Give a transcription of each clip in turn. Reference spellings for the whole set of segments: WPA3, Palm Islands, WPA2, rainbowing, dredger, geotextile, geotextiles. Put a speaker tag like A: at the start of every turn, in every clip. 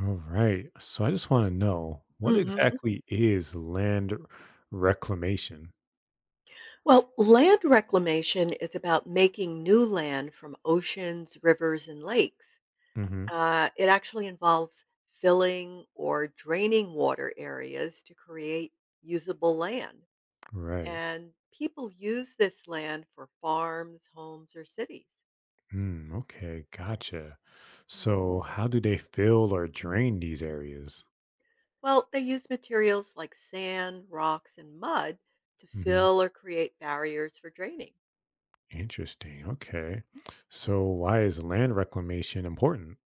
A: All right. So I just want to know what
B: Mhm.
A: exactly is land reclamation?
B: Well, land reclamation is about making new land from oceans, rivers, and lakes.
A: Hmm.
B: It actually involves filling or draining water areas to create usable land.
A: Right.
B: And people use this land for farms, homes, or cities.
A: Mm, okay. Gotcha.
B: Mhm.
A: So how do they fill or drain these areas?
B: Well, they use materials like sand, rocks, and mud to
A: Hmm.
B: fill or create barriers for draining.
A: Interesting. Okay. So why is land reclamation important?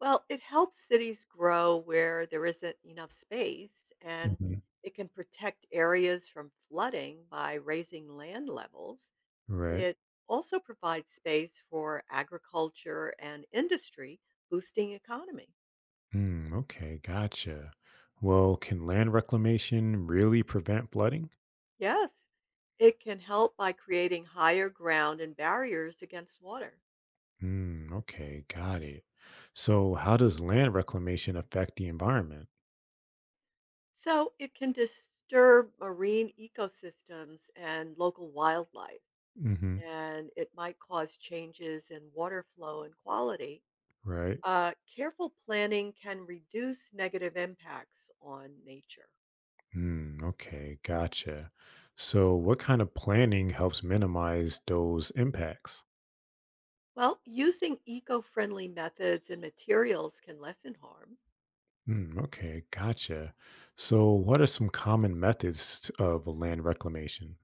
B: Well, it helps cities grow where there isn't enough space, and
A: Hmm.
B: it can protect areas from flooding by raising land levels.
A: Right.
B: It also provides space for agriculture and industry, boosting economy.
A: Mm, okay. Gotcha. Well, can land reclamation really prevent flooding?
B: Yes, it can help by creating higher ground and barriers against water.
A: Hmm. Okay, got it. So, how does land reclamation affect the environment?
B: So it can disturb marine ecosystems and local wildlife,
A: Hmm.
B: and it might cause changes in water flow and quality.
A: Right?
B: Careful planning can reduce negative impacts on nature.
A: Hmm. Okay, gotcha. So, what kind of planning helps minimize those impacts?
B: Well, using eco friendly methods and materials can lessen harm.
A: Hmm. Okay, gotcha. So, what are some common methods of land reclamation?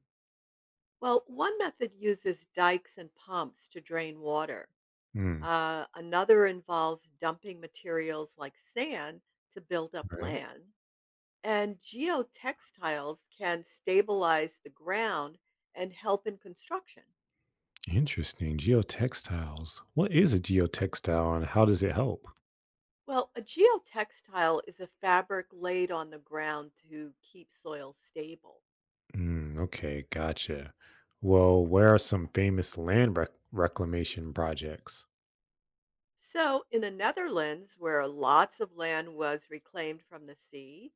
B: Well, one method uses dikes and pumps to drain water.
A: Hmm.
B: Another involves dumping materials like sand to build up
A: Right.
B: land. And geotextiles can stabilize the ground and help in construction.
A: Interesting. Geotextiles. What is a geotextile and how does it help?
B: Well, a geotextile is a fabric laid on the ground to keep soil stable.
A: Mm, okay, gotcha. Well, where are some famous land reclamation projects?
B: So, in the Netherlands, where lots of land was reclaimed from the sea,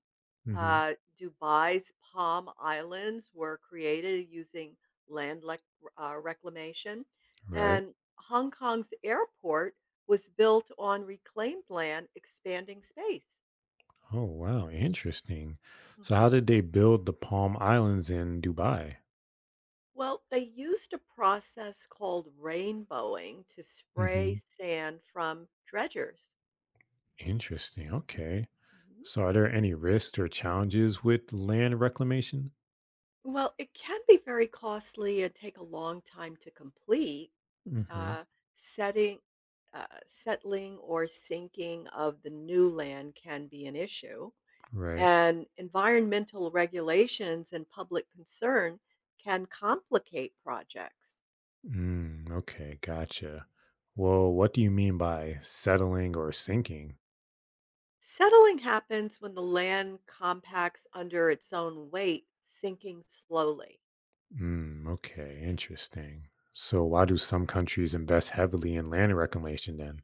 A: Hmm.
B: Dubai's Palm Islands were created using land lec- reclamation,
A: Right.
B: and Hong Kong's airport was built on reclaimed land, expanding space.
A: Oh, wow. Interesting. So, how
B: Mhm.
A: did they build the Palm Islands in Dubai?
B: Well, they used a process called rainbowing to spray
A: Hmm.
B: sand from dredgers.
A: Interesting. Okay.
B: Mhm.
A: So, are there any risks or challenges with land reclamation?
B: Well, it can be very costly and take a long time to complete.
A: Hmm.
B: Uh, setting, Settling or sinking of the new land can be an issue,
A: Right.
B: and environmental regulations and public concern can complicate projects.
A: Mm, okay, gotcha. Well, what do you mean by settling or sinking?
B: Settling happens when the land compacts under its own weight, sinking slowly.
A: Mm, okay, interesting. So why do some countries invest heavily in land reclamation then?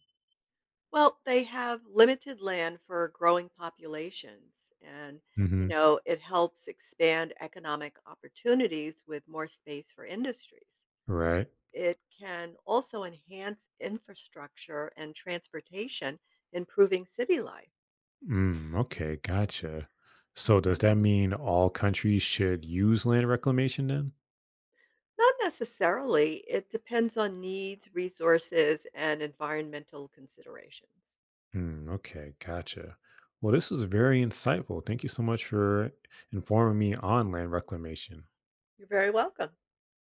B: Well, they have limited land for growing populations, and
A: Hmm.
B: it helps expand economic opportunities with more space for industries.
A: Right.
B: It can also enhance infrastructure and transportation, improving city life.
A: Mm, okay, gotcha. So does
B: Hmm.
A: that mean all countries should use land reclamation then?
B: Not necessarily, it depends on needs, resources, and environmental considerations.
A: Mm, okay, gotcha. Well, this was very insightful. Thank you so much for informing me on land reclamation.
B: You're very welcome.